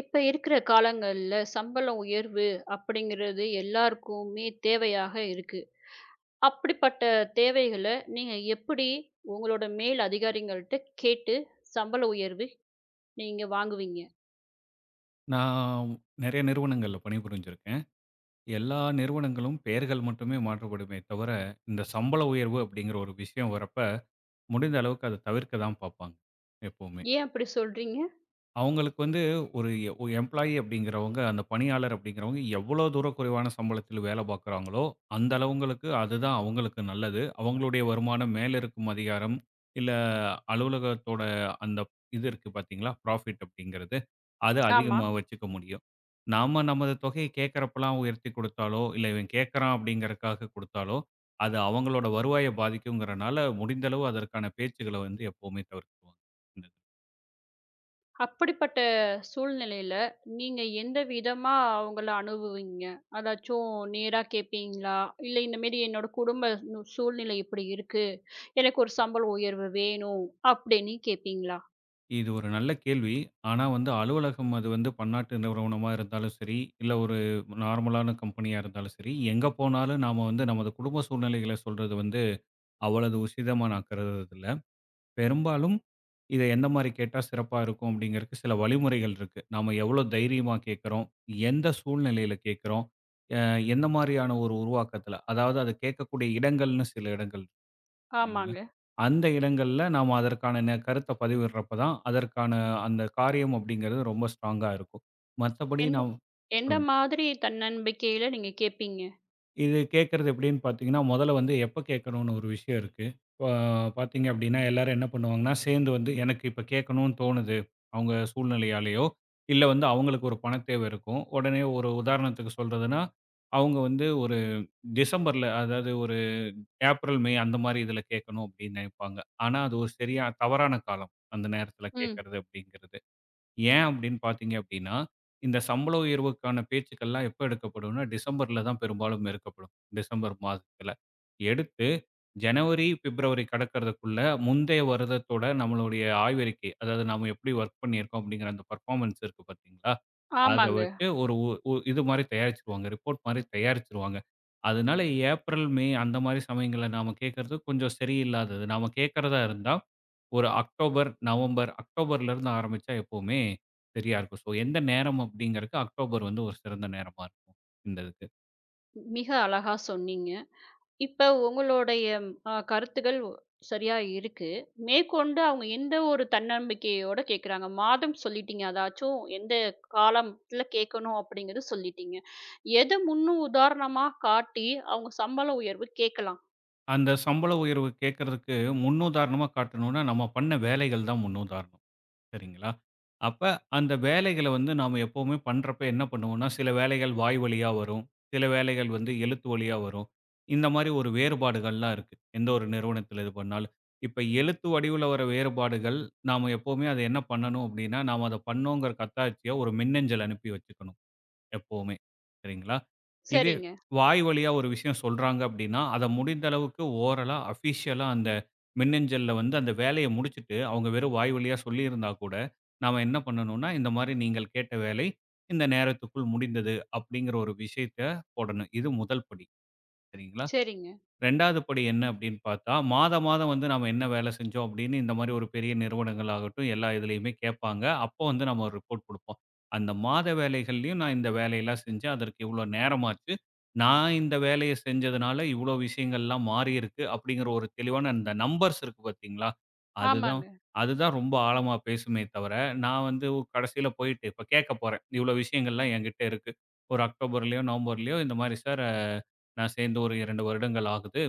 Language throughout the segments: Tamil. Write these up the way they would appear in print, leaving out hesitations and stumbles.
இப்ப இருக்கிற காலங்கள்ல சம்பள உயர்வு அப்படிங்கிறது எல்லாருக்குமே தேவையாக இருக்கு. அப்படிப்பட்ட தேவைகள நீங்க எப்படி உங்களோட மேல் அதிகாரிங்கள்ட்ட கேட்டு சம்பள உயர்வு நீங்க வாங்குவீங்க? நான் நெறைய நிறுவனங்கள்ல பணிபுரிஞ்சிருக்கேன். எல்லா நிறுவனங்களும் பெயர்கள் மட்டுமே மாற்றப்படுமே தவிர, இந்த சம்பள உயர்வு அப்படிங்கிற ஒரு விஷயம் வரப்ப, முடிந்த அளவுக்கு அத தவிர்க்க தான் பார்ப்பாங்க, எப்பவுமே. ஏன் அப்படி சொல்றீங்க? அவங்களுக்கு வந்து ஒரு எம்ப்ளாயி அப்படிங்கிறவங்க, அந்த பணியாளர் அப்படிங்கிறவங்க எவ்வளோ தூரம் குறைவான சம்பளத்தில் வேலை பார்க்குறாங்களோ, அந்த அளவுங்களுக்கு அதுதான் அவங்களுக்கு நல்லது. அவங்களுடைய வருமானம் மேல இருக்கும் அதிகாரம், இல்ல அலுவலகத்தோட அந்த இது இருக்கு பார்த்தீங்களா? புராஃபிட் அப்படிங்கிறது, அது ஆமா, ஆமா. அதிகமா வச்சுக்க முடியும். நாம நமது தொகையை கேட்கிறப்பலாம் உயர்த்தி கொடுத்தாலோ, இல்ல இவன் கேட்கிறான் அப்படிங்கிறக்காக கொடுத்தாலோ, அது அவங்களோட வருவாய பாதிக்குங்கிறனால முடிந்த அளவு அதற்கான பேச்சுக்கள வந்து எப்பவுமே தவிர்த்துருவாங்க. அப்படிப்பட்ட சூழ்நிலையில நீங்க எந்த விதமா அவங்கள அணுகுவீங்க? அதாச்சும் நேரா கேட்பீங்களா? இல்ல இந்த மாரி என்னோட குடும்ப நு சூழ்நிலை இப்படி இருக்கு. எனக்கு ஒரு சம்பள உயர்வு வேணும் அப்படின்னு கேட்பீங்களா? இது ஒரு நல்ல கேள்வி. ஆனா வந்து அலுவலகம் அது வந்து பன்னாட்டு நிறுவனமா இருந்தாலும் சரி, இல்ல ஒரு நார்மலான கம்பெனியா இருந்தாலும் சரி, எங்க போனாலும் நாம வந்து நமது குடும்ப சூழ்நிலைகள சொல்றது வந்து அவ்வளவு உசிதமா நான் கருதுறதில்ல. பெரும்பாலும் இத எந்த மாரி கேட்டா சிறப்பா இருக்கும் அப்படிங்கிறதுக்கு சில வழிமுறைகள் இருக்கு. நாம எவ்வளோ தைரியமா கேட்கிறோம், எந்த சூழ்நிலையில கேட்கிறோம், அ எந்த மாரியான ஒரு உருவாக்கத்தில, அதாவது அத கேட்கக்கூடிய இடங்கள்னு சில இடங்கள், சரிங்களா? ஆமாங்க. அந்த இடங்கள்ல நாம அதற்கான கருத்த பதிவிடுறப்ப தான், அதற்கான அந்த காரியம் அப்படிங்கிறது ரொம்ப ஸ்ட்ராங்கா இருக்கும். மத்தபடி எந்த நாம் எந்த சொல்லுங்க. மாதிரி தன்னம்பிக்கையில நீங்க கேட்பீங்க? இது கேட்கறது எப்படின்னு பார்த்தீங்கன்னா, முதல்ல வந்து எப்ப கேட்கணும்னு ஒரு விஷயம் இருக்கு. இப்ப பார்த்தீங்க அப்படின்னா, எல்லாரும் என்ன பண்ணுவாங்கன்னா, சேர்ந்து வந்து எனக்கு இப்ப கேட்கணும்னு தோணுது. அவங்க சூழ்நிலையாலயோ, இல்ல வந்து அவங்களுக்கு ஒரு பணத் தேவை இருக்கும். உடனே ஒரு உதாரணத்துக்கு சொல்றதுன்னா, அவங்க வந்து ஒரு டிசம்பர்ல அதாவது ஒரு ஏப்ரல், மே அந்த மாரி இதில கேட்கணும் அப்படின்னு நினைப்பாங்க. ஆனா, அது ஒரு சரியா தவறான காலம். அந்த நேரத்தில ம். கேட்கறது அப்படிங்கிறது. ஏன் அப்படின்னு பார்த்தீங்க அப்படின்னா, இந்த சம்பள உயர்வுக்கான பேச்சுக்கள்லாம் எப்ப எடுக்கப்படும்னா, டிசம்பர்ல தான் பெரும்பாலும் எடுக்கப்படும். டிசம்பர் மாதத்தில எடுத்து ஜனவரி, பிப்ரவரி கடக்கிறதுக்குள்ள முந்தைய வருடத்தோட நம்மளுடைய ஆய்வறிக்கை, அதாவது நாம எப்படி வொர்க் பண்ணியிருக்கோம் அப்படிங்கிற அந்த பெர்ஃபார்மன்ஸ் இருக்கு பார்த்தீங்களா? அத ஆமாங்க. வச்சு ஒரு உ உ இது மாரி தயாரிச்சுருவாங்க. ரிப்போர்ட் மாரி தயாரிச்சுருவாங்க. அதனால ஏப்ரல், மே அந்த மாரி சமயங்கள்ல நாம கேட்கறது கொஞ்சம் சரியில்லாதது. நாம கேட்கறதா இருந்தா, ஒரு அக்டோபர், நவம்பர், அக்டோபர்லருந்து ஆரம்பிச்சா எப்பவுமே சரியா இருக்கும். ஸோ எந்த நேரம் அப்படிங்கிறதுக்கு அக்டோபர் வந்து ஒரு சிறந்த நேரமா இருக்கும், இந்த இதுக்கு. மிக அழகா சொன்னீங்க. இப்ப உங்களுடைய கருத்துக்கள் சரியா இருக்கு. மேற்கொண்டு அவங்க எந்த ஒரு தன்னம்பிக்கையோட கேட்குறாங்க? மாதம் சொல்லிட்டீங்க. அதாச்சும் எந்த காலத்துல கேட்கணும் அப்படிங்கிறது சொல்லிட்டீங்க. எத முன்னுதாரணமா காட்டி அவங்க சம்பள உயர்வு கேட்கலாம். அந்த சம்பள உயர்வு கேட்கறதுக்கு முன்னுதாரணமா காட்டணும்னா, நம்ம பண்ண வேலைகள் தான் முன்னுதாரணம். சரிங்களா? அப்ப அந்த வேலைகள வந்து நாம எப்பவுமே பண்றப்ப என்ன பண்ணுவோம்னா, சில வேலைகள் வாய் வழியா வரும். சில வேலைகள் வந்து எழுத்து வழியா வரும். இந்த மாரி ஒரு வேறுபாடுகள்லாம் இருக்கு, எந்த ஒரு நிறுவனத்தில இது பண்ணாலும். இப்ப எழுத்து வடிவில வர வேறுபாடுகள், நாம எப்பவுமே அத என்ன பண்ணணும் அப்டின்னா, நாம அத பண்ணோங்கிற கத்தாட்சிய ஒரு மின்னஞ்சல் அனுப்பி வச்சுக்கணும், எப்பவுமே. சரிங்களா? இதே சரிங்க, வாய் வழியா ஒரு விஷயம் சொல்றாங்க அப்டின்னா, அத முடிந்த அளவுக்கு ஓரலா, அஃபிஷியலா அந்த மின்னஞ்சல்ல வந்து அந்த வேலைய முடிச்சுட்டு, அவங்க வெறும் வாய் வழியா சொல்லியிருந்தா கூட, நாம என்ன பண்ணணும்னா, இந்த மாரி நீங்கள் கேட்ட வேலை இந்த நேரத்துக்குள் முடிந்தது அப்டிங்கிற ஒரு விஷயத்த போடணும். இது முதல் படி. சரிங்களா? சரிங்க. 2வது படி என்ன அப்படின்னு பார்த்தா, மாதம் மாதம் வந்து நாம என்ன வேலை செஞ்சோம் அப்படின்னு இந்த மாதிரி ஒரு பெரிய நிறுவனங்கள் ஆகட்டும், எல்லா இதுலயுமே கேட்பாங்க. அப்போ வந்து நம்ம ஒரு ரிப்போர்ட் குடுப்போம். அந்த மாத வேலைகள்லயும் நான் இந்த வேலையெல்லாம் செஞ்சேன். அதற்கு இவ்வளோ நேரமாச்சு. நான் இந்த வேலைய செஞ்சதுனால இவ்வளோ விஷயங்கள்லாம் மாறியிருக்கு அப்படிங்கிற ஒரு தெளிவான அந்த நம்பர்ஸ் இருக்கு பார்த்தீங்களா? அதுதான் ஆமாங்க. அதுதான் ரொம்ப ஆழமா பேசுமே தவிர, நான் வந்து கடைசியில போயிட்டு இப்ப கேட்க போறேன். இவ்வளோ விஷயங்கள்லாம் என்கிட்ட இருக்கு. ஒரு அக்டோபர்லயோ, நவம்பர்லயோ இந்த மாதிரி, சார் நான் சேர்ந்து ஒரு 2 வருடங்கள் ஆகுது.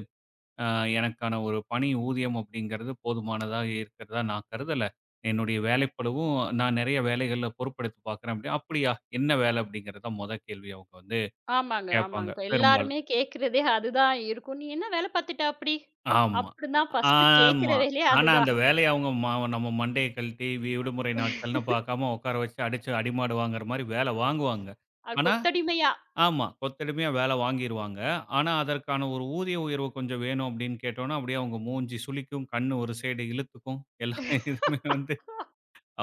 அ எனக்கான ஒரு பணி ஊதியம் அப்படிங்கிறது போதுமானதா இருக்கிறதா நான் கருதல. என்னுடைய வேலைப்பளுவும் நான் நெறைய வேலைகள்ல பொறுப்பெடுத்து பார்க்குறேன் அப்படி. அப்படியா? என்ன வேலை அப்படிங்கிறது தான் மொத கேள்வி அவங்க வந்து ஆமாங்க, ஆமாங்க. கேட்பாங்க இப்ப பெரும்பாலும். எல்லாருமே கேட்கிறதே அதுதான் இருக்கும். "நீ என்ன வேலை பார்த்துட்ட அப்படி?" ஆமா. அப்படிதான் ஃபர்ஸ்ட் கேட்கிற ஆமா. வேலையே ஆனா அந்த அதுதான். வேலைய அவங்க நம்ம மண்டைய கழட்டி விடுமுறை நாட்கள்னு பார்க்காம உட்கார வச்சு அடிச்சு அடிமாடு வாங்குற மாரி வேலை வாங்குவாங்க. அது ஆனா கொத்தடிமையா. ஆமா, கொத்தடிமையா வேலை வாங்கிருவாங்க. ஆனா, அதற்கான ஒரு ஊதிய உயர்வு கொஞ்சம் வேணும் அப்படின்னு கேட்டோம்னா, அப்படியே அவங்க மூஞ்சி சுளிக்கும், கண்ணு ஒரு சைடு இழுத்துக்கும். எல்லா இதுமே வந்து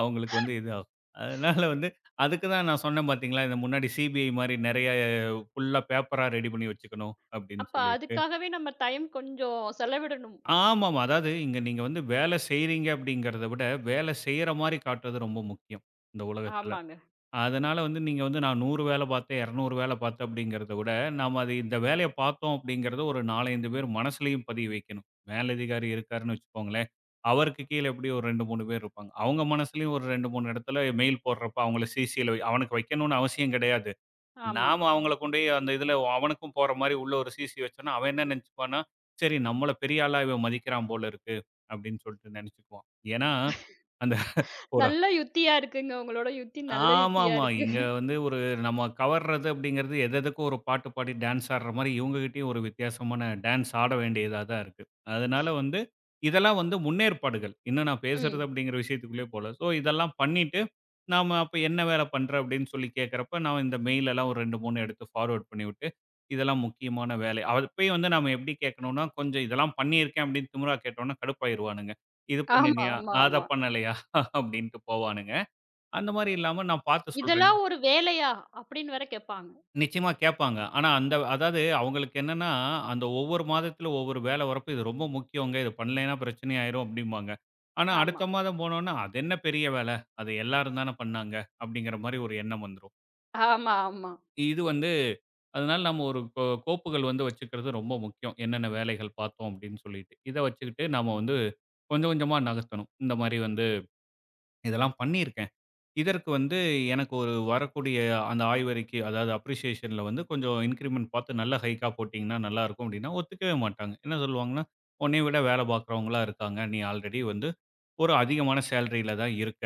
அவங்களுக்கு வந்து இதாகும். அதனால வந்து அதுக்கு தான் நான் சொன்னேன் பார்த்தீங்களா, இந்த முன்னாடி சிபிஐ மாரி நெறைய ஃபுல்லா பேப்பரா ரெடி பண்ணி வச்சுக்கணும் அப்படின்னு அப்ப சொல்லிட்டு. அதுக்காகவே நம்ம டைம் கொஞ்சம் செலவிடணும். ஆமாமா. அதாவது இங்க நீங்க வந்து வேலை செய்றீங்க அப்படிங்கிறத விட, வேலை செய்ற மாரி காட்டுறது ரொம்ப முக்கியம், இந்த உலகத்துல. ஆமாங்க. அதனால வந்து நீங்க வந்து நான் 100 வேலை பார்த்தேன், 200 வேலை பார்த்தேன் அப்படிங்கிறத விட, நாம அது இந்த வேலைய பார்த்தோம் அப்படிங்கிறத ஒரு 4, 5 பேர் மனசுலயும் பதிய வைக்கணும். மேலதிகாரி இருக்காருன்னு வச்சுக்கோங்களேன், அவருக்கு கீழ எப்படியும் ஒரு 2, 3 பேர் இருப்பாங்க. அவங்க மனசுலயும் ஒரு 2, 3 இடத்துல மெயில் போடுறப்ப அவங்கள சிசில வை அவனுக்கு வைக்கணும்னு அவசியம் கிடையாது. ஆமா. நாம அவங்கள கொண்டு போய் அந்த இதுல அவனுக்கும் போற மாரி உள்ள ஒரு சிசி வச்சோம்னா, அவன் என்ன நினைச்சுப்பான்னா, சரி நம்மள பெரிய ஆளா இவன் மதிக்கிறான் போல இருக்கு அப்படின்னு சொல்லிட்டு நினைச்சுக்குவான். ஏன்னா, அந்த ஒரு நல்ல யுக்தியா இருக்குங்க. உங்களோட யுக்தி நல்ல யுக்தியா ஆமாமா, இருக்கு. இங்க வந்து ஒரு நம்ம கவர்றது அப்படிங்கிறது எதெதுக்கும் ஒரு பாட்டு பாடி டான்ஸ் ஆடுற மாரி, இவங்ககிட்டயும் ஒரு வித்தியாசமான டான்ஸ் ஆட வேண்டியதா தான் இருக்கு. அதனால வந்து இதெல்லாம் வந்து முன்னேற்பாடுகள். இன்னும் நான் பேசுறது ம். அப்படிங்கிற விஷயத்துக்குள்ளயே போல. ஸோ இதெல்லாம் பண்ணிட்டு, நாம அப்ப என்ன வேலை பண்ற அப்படின்னு சொல்லி கேட்கிறப்ப, நான் இந்த மெயில் எல்லாம் ஒரு 2, 3 எடுத்து ஃபார்வர்ட் பண்ணிவிட்டு, இதெல்லாம் முக்கியமான வேலை. அப்பயும் வந்து நாம எப்படி கேட்கணும்னா, கொஞ்சம் இதெல்லாம் பண்ணியிருக்கேன் அப்படின்னு திமிரா கேட்டோம்னா கடுப்பாயிருவானுங்க. இது ஆமா, பண்ணினியா? ஆமா, அத ஆமா. பண்ணலையா? அப்படின்ட்டு போவானுங்க. அந்த மாரி இல்லாம நான் பார்த்து சொல்றேங்க. "இதெல்லாம் ஒரு வேலையா?" அப்படின்னு வேற கேட்பாங்க. நிச்சயமா கேட்பாங்க. ஆனா அந்த அதாவது அவங்களுக்கு என்னன்னா, அந்த ஒவ்வொரு மாதத்தில ஒவ்வொரு வேல வரப்ப இது ரொம்ப முக்கியங்க. இது பண்ணலைன்னா பிரச்சனை ஆயிரும் அப்டிம்பாங்க. ஆனா ஆமா. அடுத்த மாதம் போனோம்னா, அது என்ன பெரிய வேல? அது எல்லாரும் தானே பண்ணாங்க. அப்டிங்கிற மாரி ஒரு எண்ணம் வந்துரும். ஆமா, ஆமா. இது வந்து அதனால நம்ம ஒரு கோப்புகள் வந்து வச்சுக்கிறது ரொம்ப முக்கியம். என்னென்ன வேலைகள் பார்த்தோம் அப்டின்னு சொல்லிட்டு, இத வச்சுக்கிட்டு நாம வந்து கொஞ்சம் கொஞ்சமா நகர்த்தணும். இந்த மாரி வந்து இதெல்லாம் பண்ணியிருக்கேன். இதற்கு வந்து எனக்கு ஒரு வரக்கூடிய அந்த ஆய்வறிக்கை, அதாவது அப்ரிசியேஷன்ல வந்து கொஞ்சம் இன்கிரிமென்ட் பார்த்து நல்ல ஹைக்கா போட்டீங்கன்னா நல்லாருக்கும் அப்டின்னா, ஒத்துக்கவே மாட்டாங்க. என்ன சொல்லுவாங்கன்னா, "உன்னைய விட வேல பார்க்குறவங்களா இருக்காங்க. நீ ஆல்ரெடி வந்து ஒரு அதிகமான சேலரில தான் இருக்க"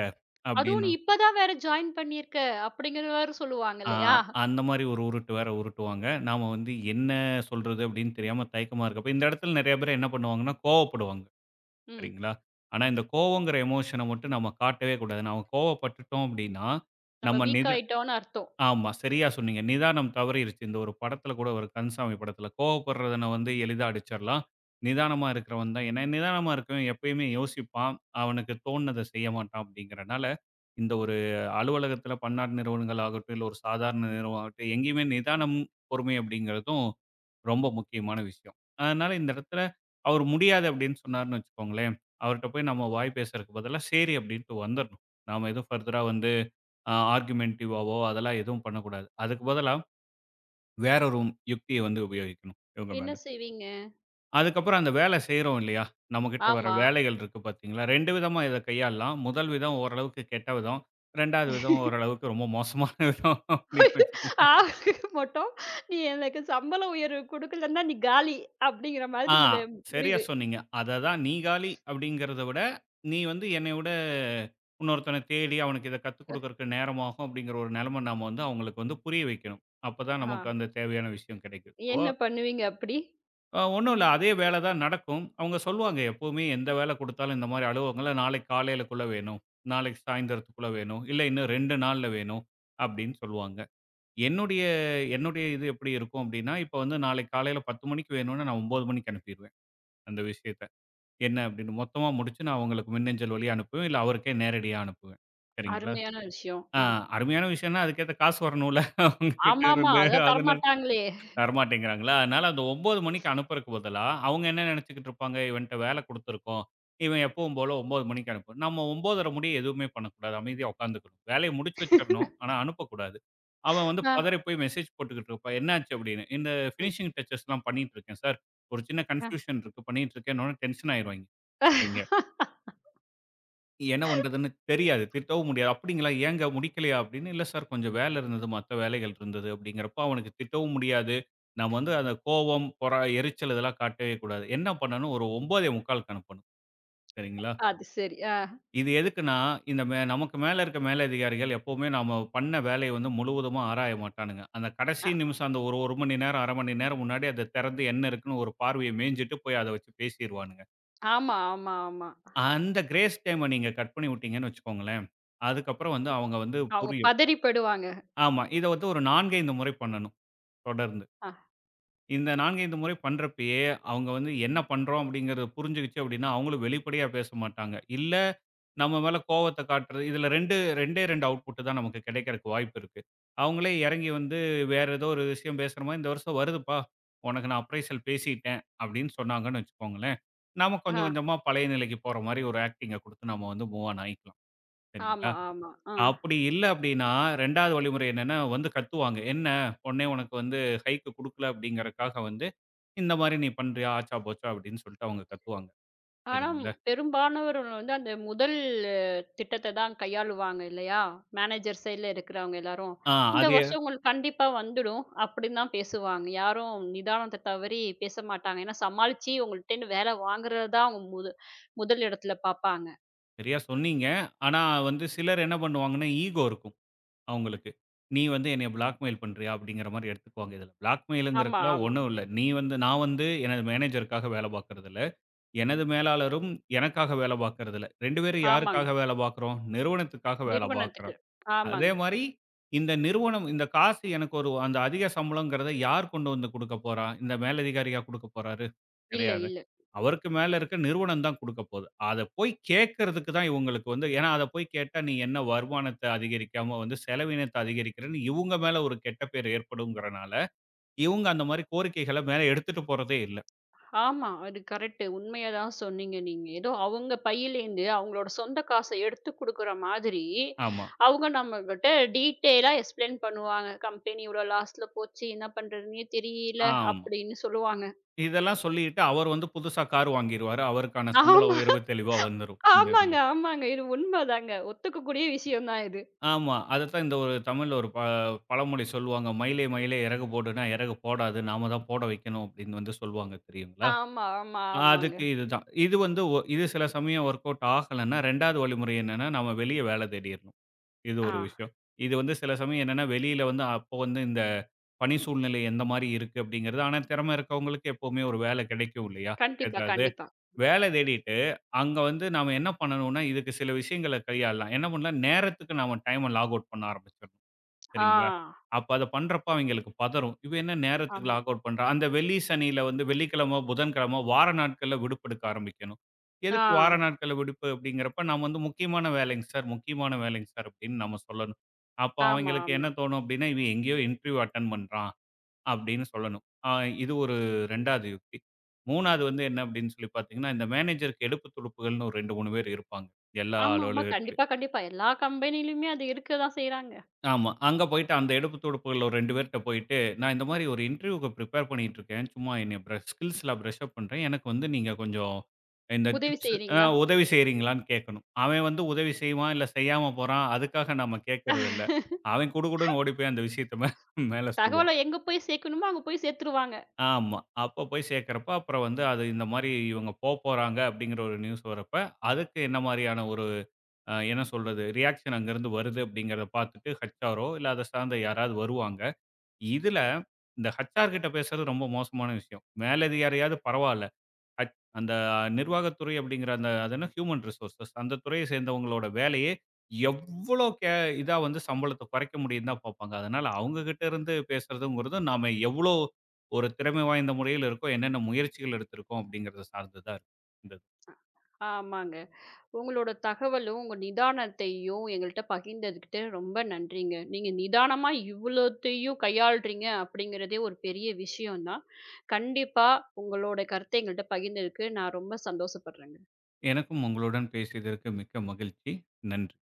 "அதுவும் நீ அப்டின்னு. இப்ப தான் வேற ஜாயின் பண்ணியிருக்க" அப்படிங்கிற வேற சொல்லுவாங்க ஆ இல்லையா? அந்த மாரி ஒரு உருட்டு வேற உருட்டுவாங்க. நாம வந்து என்ன சொல்றது அப்டின்னு தெரியாம தயக்கமா இருக்கப்ப, இந்த இடத்துல நெறைய பேர் என்ன பண்ணுவாங்கன்னா, கோவப்படுவாங்க. ம். சரிங்களா? ஆனா இந்த கோவங்கிற எமோஷன மட்டும் நம்ம காட்டவே கூடாது. நாம கோவப்பட்டுட்டோம் அப்டின்னா, நம்ம நம்ம வீக் ஆயிட்டோம்னு அர்த்தம். ஆமா, சரியா சொன்னீங்க. நிதானம் தவறிருச்சு. இந்த ஒரு படத்துல கூட ஒரு கந்தசாமி படத்துல கோவப்படுறவன வந்து எளிதா அடிச்சிடலாம். நிதானமா இருக்கிறவன் தான், ஏன்னா நிதானமா இருக்கவன் எப்பயுமே யோசிப்பான். அவனுக்கு தோணுனத செய்ய மாட்டான் அப்படிங்கிறனால, இந்த ஒரு அலுவலகத்துல பன்னாட்டு நிறுவனங்கள் ஆகட்டும், இல்ல ஒரு சாதாரண நிறுவனம் ஆகட்டும், எங்கேயுமே நிதானம், பொறுமை அப்படிங்கிறதும் ரொம்ப முக்கியமான விஷயம். அதனால இந்த இடத்துல அவர் முடியாது அப்படின்னு சொன்னாருன்னு வச்சுக்கோங்களேன், அவர்ட்ட போய் நம்ம வாய் பேசுறதுக்கு பதிலா சரி அப்படின்ட்டு வந்துரணும். நாம எதுவும் ஃபர்தரா வந்து ஆர்குமென்டிவாவோ அதெல்லாம் எதுவும் பண்ணக்கூடாது. அதுக்கு பதிலா வேற ஒரு யுக்திய வந்து உபயோகிக்கணும் இவங்க என்ன மேல. செய்வீங்க? அதுக்கப்புறம் அந்த வேலை செய்றோம் இல்லையா? நம்மகிட்ட வர ஆமா. வேலைகள் இருக்கு பார்த்தீங்களா? 2 விதமா இத கையாளலாம். முதல் விதம் ஓரளவுக்கு கெட்ட விதம். 2வது விதம் ஓரளவுக்கு ரொம்ப மோசமான விதம் அப்படின்னு ஆ வச்சுக்கோங்க. மட்டும் "நீ எனக்கு சம்பள உயர்வு குடுக்கலன்னா, நீ காலி" அப்படிங்கிற மாதிரி ஆ சரியா முடிவு. சொன்னீங்க. அததான், நீங்காலி அப்படிங்கிறத விட, நீ வந்து என்னை விட இன்னொருத்தன தேடி அவனுக்கு இத கத்துக் அ, குடுக்கறக்கு நேரமாகும் அப்படிங்கிற ஒரு நிலைமை நாம வந்து அவங்களுக்கு வந்து புரிய வைக்கணும். அப்பதான் ஆ நமக்கு அந்த தேவையான விஷயம் கிடைக்கும். என்ன பண்ணுவீங்க அப்படி? ஒண்ணும் இல்ல. அதே வேல தான் நடக்கும். அவங்க சொல்லுவாங்க, எப்பவுமே எந்த வேல குடுத்தாலும் இந்த மாரி அலுவலகங்கள்ல நாளைக்கு காலையிலக்குள்ள வேணும். நாளைக்கு சாயந்தரத்துக்குள்ள வேணும். இல்ல இன்னும் 2 நாள்ல வேணும் அப்படின்னு சொல்லுவாங்க. என்னுடைய என்னுடைய இது எப்படி இருக்கும் அப்படின்னா, இப்ப வந்து நாளைக்கு காலையில 10 மணிக்கு வேணும்னா, நான் 9 மணிக்கு அனுப்பிருவேன் அந்த விஷயத்த. என்ன அப்படின்னு மொத்தமா முடிச்சு நான் அவங்களுக்கு மின்னஞ்சல் வழியா அனுப்புவேன். இல்ல அவருக்கே நேரடியா அனுப்புவேன். சரிங்களா? அருமையான விஷயம். ஆ ம். அருமையான விஷயம்னா அதுக்கேத்த காசு வரணும்ல அவங்க கிட்ட ஆமாமா. இருந்து. அதெல்லாம் அதனால தரமாட்டாங்களே. தரமாட்டேங்கிறாங்களா? அதனால அந்த 9 மணிக்கு அனுப்புறக்கு பதிலா, அவங்க என்ன நெனச்சுக்கிட்டு இருப்பாங்க, "இவன்ட்ட வேல குடுத்துருக்கோம். இவன் எப்பவும் போல 9 மணிக்கு அனுப்பு." நம்ம 9:30 முடிய எதுவுமே பண்ணக்கூடாது. அமைதியா உட்காந்துக்கணும். வேலைய முடிச்சு வச்சிரணும். ஆனா அனுப்பக்கூடாது. அவன் வந்து ஆ, பதறி போய் மெசேஜ் போட்டுக்கிட்டு இருப்பான். "என்னாச்சு?" அப்படின்னு. "இந்த ம், ஃபினிஷிங் டச்சஸ்லாம் பண்ணிட்டு இருக்கேன் சார். ஒரு சின்ன ஆ. கன்ஃப்யூஷன் இருக்கு. பண்ணிட்டு இருக்கேன்." டென்ஷன் ஆயிருவாய்ங்க அவைங்க. என்ன பண்றதுன்னு தெரியாது. திட்டவும் முடியாது. "அப்படிங்களா? ஏங்க முடிக்கலையா?" அப்படின்னு, "இல்ல சார் கொஞ்சம் வேலை இருந்தது. மத்த வேலைகள் இருந்தது." அப்படிங்கிறப்போ அவனுக்கு திட்டவும் முடியாது. நம்ம வந்து அந்த கோவம், பொறா எரிச்சல் இதெல்லாம் காட்டவே கூடாது. என்ன பண்ணணும்? ஒரு 9:45க்கு அனுப்பணும். சரிங்களா? அது சரி. இது எதுக்குன்னா, இந்த நமக்கு மேல இருக்க மேலதிகாரிகள் எப்பவுமே நாம பண்ண வேலைய வந்து முழுவதுமா ஆராய மாட்டானுங்க. அந்த கடைசி ஆமா. நிமிஷம் அந்த ஒரு 1 மணி நேரம், 1/2 மணி நேரம் முன்னாடி அத திறந்து என்ன இருக்குன்னு ஒரு பார்வைய மேய்ஞ்சுட்டு போய் அத வச்சு பேசிருவானுங்க. ஆமா, ஆமா, ஆமா. அந்த கிரேஸ் டைம நீங்க கட் பண்ணி விட்டீங்கன்னு வச்சுக்கோங்களேன், அதுக்கப்புறம் வந்து அவங்க வந்து அவங்க புரியும். பதறிப்படுவாங்க. ஆமா. இத வந்து ஒரு 4, 5 முறை பண்ணணும் தொடர்ந்து. ஆ, இந்த 4, 5 முறை பண்றப்பயே, அவங்க வந்து என்ன பண்றோம் அப்படிங்கிறத புரிஞ்சுகிச்சு அப்படின்னா, அவங்களும் வெளிப்படையா பேச மாட்டாங்க. இல்ல நம்ம மேல கோவத்த காட்டுறது. இதுல 2 2டே 2 அவுட்புட் தான் நமக்கு கிடைக்கிறக்கு வாய்ப்பு இருக்கு. அவங்களே இறங்கி வந்து வேற ஏதோ ஒரு விஷயம் பேசுற மாரி, "இந்த வருஷம் வருதுப்பா, உனக்கு நான் அப்ரைசல் பேசிட்டேன்" அப்படின்னு சொன்னாங்கன்னு வச்சுக்கோங்களேன். நாம கொஞ்சம் ஆ. கொஞ்சமா பழைய நிலைக்கு போற மாரி ஒரு ஆக்டிங்க குடுத்து நம்ம வந்து மூவ் ஆன் ஆயிக்கலாம். ஆமா, சரிங்களா? ஆமா. ஆ. அப்படி இல்ல அப்படின்னா, 2வது வழிமுறை என்னன்னா வந்து கத்துவாங்க. "என்ன உடனே உனக்கு வந்து ஹைக்கு குடுக்கல அப்படிங்கறக்காக வந்து, இந்த மாரி நீ பண்றியா? ஆச்சா போச்சா?" அப்படின்னு சொல்லிட்டு அவங்க கத்துவாங்க. ஆனா, சரிங்களா? பெரும்பாலானவர் வந்து அந்த முதல் திட்டத்த தான் கையாளுவாங்க இல்லையா? மேனேஜர் சைட்ல இருக்கிறவங்க எல்லாரும். ஆ இந்த அது வருஷம் உங்களுக்கு கண்டிப்பா வந்துடும் அப்படின்னு தான் பேசுவாங்க. யாரும் நிதானத்த தவறி பேச மாட்டாங்க. ஏன்னா சமாளிச்சு உங்கள்ட்டேருந்து வேலை வாங்குறது தான் அவங்க முதல் இடத்துல பார்ப்பாங்க. சரியா சொன்னீங்க. ஆனா வந்து சிலர் என்ன பண்ணுவாங்கன்னா, ஈகோ இருக்கும் அவங்களுக்கு. "நீ வந்து என்னைய பிளாக்மெயில் பண்றியா?" அப்படிங்கிற மாரி எடுத்துக்குவாங்க. இதுல ஆமா, பிளாக்மெயிலுங்கிறதுக்குலாம் ஆமா. ஒண்ணும் இல்ல. நீ வந்து நான் வந்து எனது மேனேஜருக்காக வேலை பார்க்கறதில்ல. எனது மேலாளரும் எனக்காக வேலை பார்க்கறதில்ல. 2 பேரும் ஆமாங்க. யாருக்காக வேலை பார்க்கிறோம்? நிறுவனத்துக்காக வேலை பார்க்கிறோம். நிறுவனத்துக்கு. அதே ஆமாங்க. மாரி, இந்த நிறுவனம் இந்த காசு எனக்கு ஒரு அந்த அதிக சம்பளம்ங்கிறத யார் கொண்டு வந்து குடுக்கப் போறா? இந்த மேலதிகாரியா குடுக்கப் போறாரு? இல்ல, கிடையாது. இல்ல. அவருக்கு மேல இருக்க நிறுவனம் தான் குடுக்கப் போகுது. அத போய் கேட்கறதுக்கு தான் இவங்களுக்கு வந்து ஏன்னா அத போய் கேட்டா, நீ என்ன வருமானத்த அதிகரிக்காம வந்து செலவினத்த அதிகரிக்கிறன்னு இவங்க மேல ஒரு கெட்ட பேர் ஏற்படும்ங்கிறனால, இவங்க அந்த மாரி கோரிக்கைகள மேல எடுத்துட்டு போறதே இல்ல. ஆமா. அது கரெக்ட்டு. உண்மைய தான் சொன்னீங்க நீங்க. ஏதோ அவங்க பையிலேருந்து அவங்களோட சொந்த காச எடுத்து குடுக்குற மாதிரி, ஆமா, அவங்க நம்மகிட்ட டீட்டெயிலா எக்ஸ்பிளைன் பண்ணுவாங்க. கம்பெனி இவ்ளோ லாஸ்ல போச்சு, என்ன பண்றதுன்னே தெரியல ஆமா. அப்படின்னு சொல்லுவாங்க. இதெல்லாம் சொல்லிட்டு அவர் வந்து புதுசா கார் வாங்கிருவாரு. அவருக்கான சம்பள ஆமா, உயர்வு தெளிவா வந்துரும் இந்த இதுல. ஆமாங்க, ஆமாங்க. இது உண்மதாங்க. ஒத்துக்கக்கூடிய விஷயம் தான் இது. ஆமா. அதத்தான் இந்த ஒரு தமிழ்ல ஒரு பழமொழி சொல்லுவாங்க. "மயிலே மயிலே இறகு போடுன்னா, இறகு போடாது. நாம தான் போட வைக்கணும்." அப்படின்னு வந்து சொல்லுவாங்க தெரியுங்களா? ஆமா, ஆமா, ஆமாங்க. அதுக்கு இதுதான். இது வந்து இது சில சமயம் வொர்க் அவுட் ஆகலன்னா, 2வது வழிமுறை என்னன்னா, நாம வெளிய வேலை தேடிறணும். இது ஆ. ஒரு விஷயம். இது வந்து சில சமயம் என்னன்னா, வெளியில வந்து அப்போ வந்து இந்த பணி சூழ்நிலை எந்த மாரி இருக்கு அப்படிங்கிறது, ஆனா திறமை இருக்கவங்களுக்கு எப்பவுமே ஒரு வேலை கிடைக்கும் இல்லையா? கண்டிப்பா, ஏதாவது. கண்டிப்பா. வேலை தேடிட்டு, அங்க வந்து நாம என்ன பண்ணணும்னா, இதுக்கு சில விஷயங்கள கையாளலாம். என்ன பண்ணலாம், நேரத்துக்கு நாம டைம லாக் அவுட் பண்ண ஆரம்பிச்சுரணும். ஆ. சரிங்களா? அப்ப அத பண்றப்ப அவைங்களுக்கு பதறும். "இவ என்ன நேரத்துக்கு ஆமா. லாக் அவுட் பண்றா?" அந்த வெள்ளி, சனியில வந்து வெள்ளிக்கிழம, புதன்கிழம வார நாட்கள்ல விடுப்பெடுக்க ஆரம்பிக்கணும். ஆ. எதுக்கு வார நாட்கள்ல விடுப்பு அப்படிங்கிறப்ப, நாம வந்து "முக்கியமான வேலைங்க சார், முக்கியமான வேலைங்க சார்" அப்படின்னு நம்ம சொல்லணும். அப்ப ஆமா, அவைங்களுக்கு ஆமா. என்ன தோணும் அப்படின்னா, "இவன் எங்கேயோ இன்டர்வியூ அட்டெண்ட் பண்றான்" அப்படின்னு சொல்லணும். இது ஒரு 2வது யுக்தி. 3வது வந்து என்ன அப்படின்னு சொல்லி பார்த்தீங்கன்னா, இந்த மேனேஜருக்கு எடுப்பு துடுப்புகள்னு ஒரு 2, 3 பேர் இருப்பாங்க, எல்லா ஆமாமா. அலுவலகத்திலயும். கண்டிப்பா, கண்டிப்பா. எல்லா கம்பெனிலயுமே அது இருக்க தான் செய்றாங்க. ஆமா. அங்க போயிட்டு அந்த எடுப்பு துடுப்புகள்ல ஒரு 2 பேர்ட்ட போயிட்டு, "நான் இந்த மாரி ஒரு இன்டர்வியூக்கு பிரிப்பேர் பண்ணிட்டு இருக்கேன். சும்மா என்னைய பிரஷ் ஸ்கில்ஸ்லாம் பிரஷ் அப் பண்றேன். எனக்கு வந்து நீங்க கொஞ்சம் இந்த உதவி டிப்ஸ் செய்றீங்களா? உதவி செய்றீங்களான்னு?" கேட்கணும். அவன் வந்து உதவி செய்வான், இல்ல செய்யாம போறான். அதுக்காக நாம கேட்கறதில்ல. அவன் குடுகுடுன்னு ஓடி போய் அந்த விஷயத்த மேல சொல்லுவான். தகவல எங்க போய் சேர்க்கணுமோ, அங்க போய் சேர்த்துருவாங்க. ஆமா. அப்ப போய் சேர்க்கிறப்ப, அப்புறம் வந்து அது இந்த மாரி இவங்க போப்போறாங்க அப்படிங்கிற ஒரு நியூஸ் வரப்ப, அதுக்கு என்ன மாரியான ஒரு என்ன சொல்றது? ரியாக்ஷன் அங்கருந்து வருது அப்படிங்கிறத பார்த்துட்டு ஹெச்.ஆரோ இல்ல அத சார்ந்த யாராவது வருவாங்க. இதுல இந்த ஹெச்.ஆர் கிட்ட பேசுறது ரொம்ப மோசமான விஷயம். மேலதிகாரியாவது பரவால்ல. அட் அந்த நிர்வாகத்துறை அப்படிங்கிற அந்த, அது என்ன ஹியூமன் ரிசோர்ஸஸ் அந்த துறையை சேர்ந்தவங்களோட வேலையே எவ்வளோ இதா வந்து சம்பளத்தை குறைக்க முடியும்னு தான் பார்ப்பாங்க. அதனால அவங்க கிட்ட இருந்து பேசுறதுங்கிறது நாம எவ்வளோ ஒரு திறமை வாய்ந்த முறையில இருக்கோம், என்னென்ன முயற்சிகள் எடுத்திருக்கோம் அப்படிங்கிறத சார்ந்து தான் இருக்கு இந்த இது. ஆமாங்க. உங்களோட தகவலும், உங்க நிதானத்தையும் எங்கள்ட்ட பகிர்ந்ததுக்கிட்டு ரொம்ப நன்றிங்க. நீங்க நிதானமா இவ்வளத்தையும் கையாள்றீங்க அப்படிங்கிறதே ஒரு பெரிய விஷயம் தான். கண்டிப்பா உங்களோட கருத்த எங்கள்ட்ட பகிர்ந்ததுக்கு நான் ரொம்ப சந்தோஷப்படுறேங்க. எனக்கும் உங்களுடன் பேசியதற்கு மிக்க மகிழ்ச்சி. நன்றி.